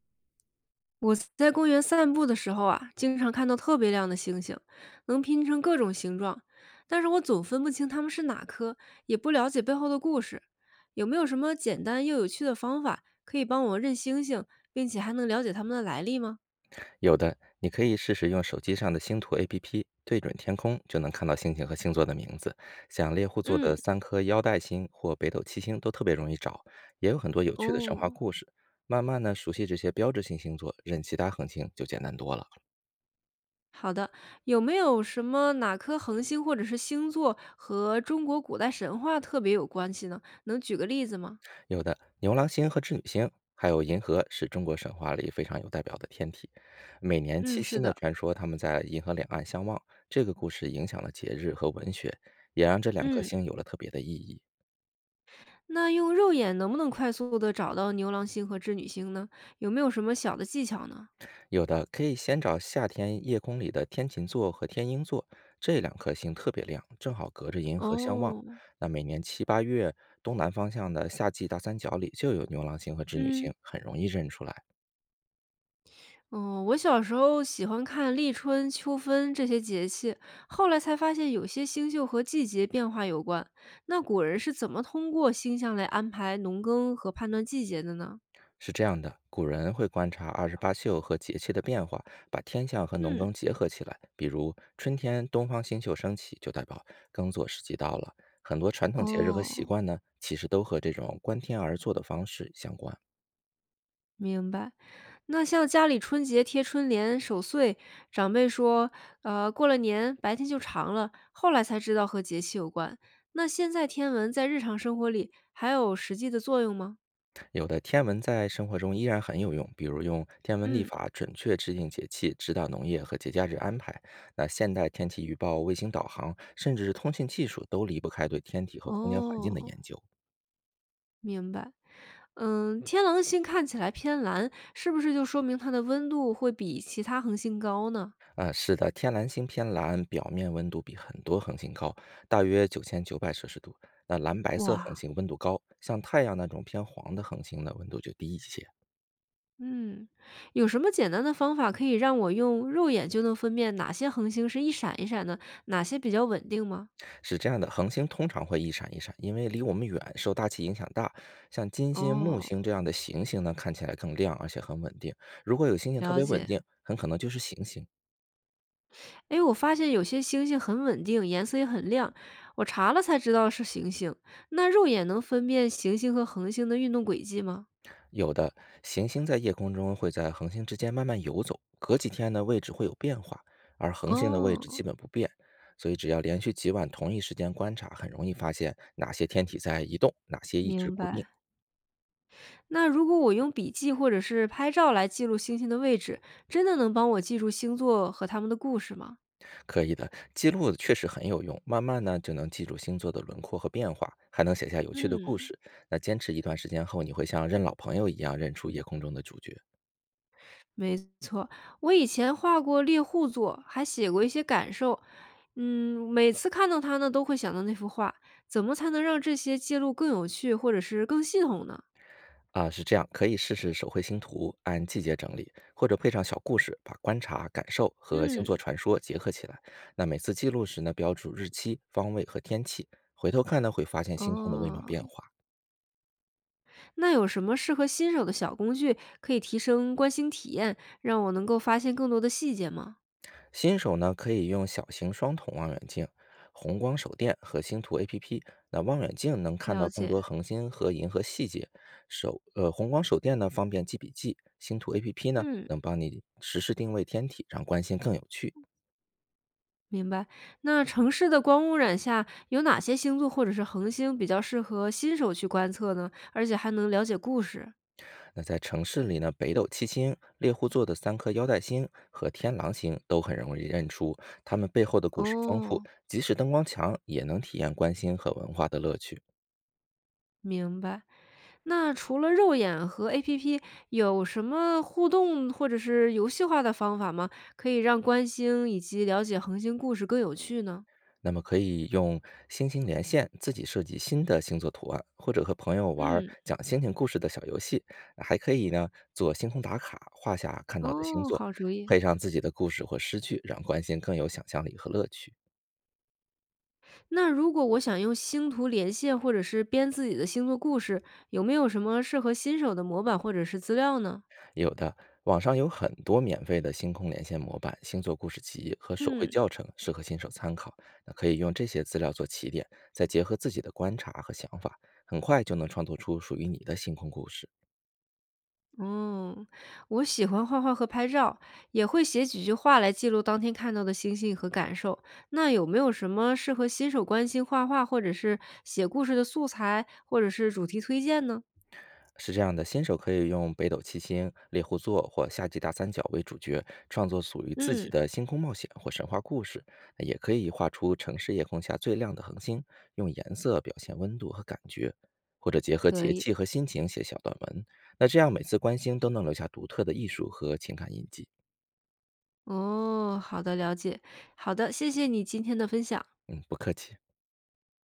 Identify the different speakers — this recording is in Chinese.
Speaker 1: 我在公园散步的时候啊，经常看到特别亮的星星，能拼成各种形状，但是我总分不清它们是哪颗，也不了解背后的故事。有没有什么简单又有趣的方法可以帮我认星星，并且还能了解它们的来历吗？
Speaker 2: 有的，你可以试试用手机上的星图 APP 对准天空，就能看到星星和星座的名字。像猎户座
Speaker 1: 嗯，
Speaker 2: 的三颗腰带星或北斗七星都特别容易找，也有很多有趣的神话
Speaker 1: 哦，
Speaker 2: 故事。慢慢呢，熟悉这些标志性星座，认其他恒星就简单多了。
Speaker 1: 好的。有没有什么哪颗恒星或者是星座和中国古代神话特别有关系呢？能举个例子吗？
Speaker 2: 有的牛郎星和织女星，还有银河，是中国神话里非常有代表的天体。每年
Speaker 1: 嗯，
Speaker 2: 七夕
Speaker 1: 是
Speaker 2: 呢，
Speaker 1: 的。
Speaker 2: 传说他们在银河两岸相望，这个故事影响了节日和文学，也让这两颗
Speaker 1: 嗯。
Speaker 2: 星有了特别的意义。
Speaker 1: 那用肉眼能不能快速的找到牛郎星和织女星呢？有没有什么小的技巧呢？
Speaker 2: 有的可以先找夏天夜空里的天琴座和天鹰座，这两颗星特别亮，正好隔着银河相望。
Speaker 1: 哦，
Speaker 2: 那每年七八月东南方向的夏季大三角里就有牛郎星和织女
Speaker 1: 嗯，
Speaker 2: 星，很容易认出来。
Speaker 1: 哦，我小时候喜欢看立春、秋分这些节气，后来才发现有些星宿和季节变化有关。那古人是怎么通过星象来安排农耕和判断季节的呢？
Speaker 2: 是这样的，古人会观察二十八宿和节气的变化，把天象和农
Speaker 1: 嗯，
Speaker 2: 耕结合起来。比如春天东方星宿升起，就代表耕作时机到了。很多传统节日和习
Speaker 1: 哦，
Speaker 2: 惯呢，其实都和这种观天而作的方式相关。
Speaker 1: 明白。那像家里春节贴春联、守岁，长辈说，过了年白天就长了，后来才知道和节气有关。那现在天文在日常生活里还有实际的作用吗？
Speaker 2: 有的天文在生活中依然很有用，比如用天文历
Speaker 1: 嗯，
Speaker 2: 法准确制定节气，指导农业和节假日安排。那现代天气预报、卫星导航，甚至是通信技术，都离不开对天体和空间环境的
Speaker 1: 哦，
Speaker 2: 研究。
Speaker 1: 明白。嗯，天狼星看起来偏蓝，是不是就说明它的温度会比其他恒星高呢？
Speaker 2: 啊，是的，天蓝星偏蓝，表面温度比很多恒星高，大约9900摄氏度。那蓝白色恒
Speaker 1: 哇，
Speaker 2: 星温度高，像太阳那种偏黄的恒星呢，温度就低一些。
Speaker 1: 嗯，有什么简单的方法可以让我用肉眼就能分辨哪些恒星是一闪一闪的，哪些比较稳定吗？
Speaker 2: 是这样的，恒星通常会一闪一闪，因为离我们远，受大气影响大。像金星、木
Speaker 1: 哦，
Speaker 2: 星这样的行星呢，看起来更亮，而且很稳定。如果有星星特
Speaker 1: 了
Speaker 2: 别稳
Speaker 1: 解。
Speaker 2: 定，很可能就是行星。
Speaker 1: 哎，我发现有些星星很稳定，颜色也很亮，我查了才知道是行星。那肉眼能分辨行星和恒星的运动轨迹吗？
Speaker 2: 有的行星在夜空中会在恒星之间慢慢游走，隔几天呢位置会有变化，而恒星的位置
Speaker 1: 哦，
Speaker 2: 基本不变。所以只要连续几晚同一时间观察，很容易发现哪些天体在移动，哪些一直
Speaker 1: 明
Speaker 2: 固定。
Speaker 1: 白。那如果我用笔记或者是拍照来记录星星的位置，真的能帮我记住星座和它们的故事吗？
Speaker 2: 可以的，记录确实很有用。慢慢呢，就能记住星座的轮廓和变化，还能写下有趣的故
Speaker 1: 嗯。
Speaker 2: 事。那坚持一段时间后，你会像认老朋友一样认出夜空中的主角。
Speaker 1: 没错，我以前画过猎户座，还写过一些感受。嗯，每次看到它呢，都会想到那幅画。怎么才能让这些记录更有趣，或者是更系统呢？
Speaker 2: 啊！是这样，可以试试手绘星图，按季节整理，或者配上小故事，把观察、感受和星
Speaker 1: 嗯，
Speaker 2: 座传说结合起来。那每次记录时呢，标注日期、方位和天气，回头看呢，会发现星空的微妙
Speaker 1: 哦，
Speaker 2: 变化。
Speaker 1: 那有什么适合新手的小工具，可以提升观星体验，让我能够发现更多的细节吗？
Speaker 2: 新手呢可以用小型双筒望远镜、红光手电和星图 APP。那望远镜能看
Speaker 1: 了
Speaker 2: 到更多
Speaker 1: 解，
Speaker 2: 恒星和银河细节，红光手电呢方便记笔记，星图 APP 呢
Speaker 1: 嗯，
Speaker 2: 能帮你实时定位天体，让观星更有趣。
Speaker 1: 明白。那城市的光污染下，有哪些星座或者是恒星比较适合新手去观测呢？而且还能了解故事？
Speaker 2: 那在城市里呢，北斗七星、猎户座的三颗腰带星和天狼星都很容易认出，它们背后的故事丰富，
Speaker 1: 哦。
Speaker 2: 即使灯光强，也能体验观星和文化的乐趣。
Speaker 1: 明白。那除了肉眼和 APP，有什么互动或者是游戏化的方法吗？可以让观星以及了解恒星故事更有趣呢？
Speaker 2: 那么可以用星星连线自己设计新的星座图案，或者和朋友玩儿
Speaker 1: 嗯，
Speaker 2: 讲星星故事的小游戏。还可以呢，做星空打卡，画下看到的星
Speaker 1: 哦，
Speaker 2: 座，
Speaker 1: 好主意。
Speaker 2: 配上自己的故事或诗句，让观星更有想象力和乐趣。
Speaker 1: 那如果我想用星图连线或者是编自己的星座故事，有没有什么适合新手的模板或者是资料呢？
Speaker 2: 有的网上有很多免费的星空连线模板、星座故事集和手绘
Speaker 1: 嗯，
Speaker 2: 教程，适合新手参考。那可以用这些资料做起点，再结合自己的观察和想法，很快就能创作出属于你的星空故事。
Speaker 1: 嗯，我喜欢画画和拍照，也会写几句话来记录当天看到的星星和感受。那有没有什么适合新手关心画画或者是写故事的素材，或者是主题推荐呢？
Speaker 2: 是这样的，新手可以用北斗七星、猎户座或夏季大三角为主角，创作属于自己
Speaker 1: 嗯，
Speaker 2: 的星空冒险或神话故事。也可以画出城市夜空下最亮的恒星，用颜色表现温度和感觉，或者结合
Speaker 1: 可
Speaker 2: 节
Speaker 1: 以。
Speaker 2: 气和心情写小短文。那这样每次观星都能留下独特的艺术和情感印记。
Speaker 1: 哦，好的，了解。好的，谢谢你今天的分享。
Speaker 2: 嗯，不客气。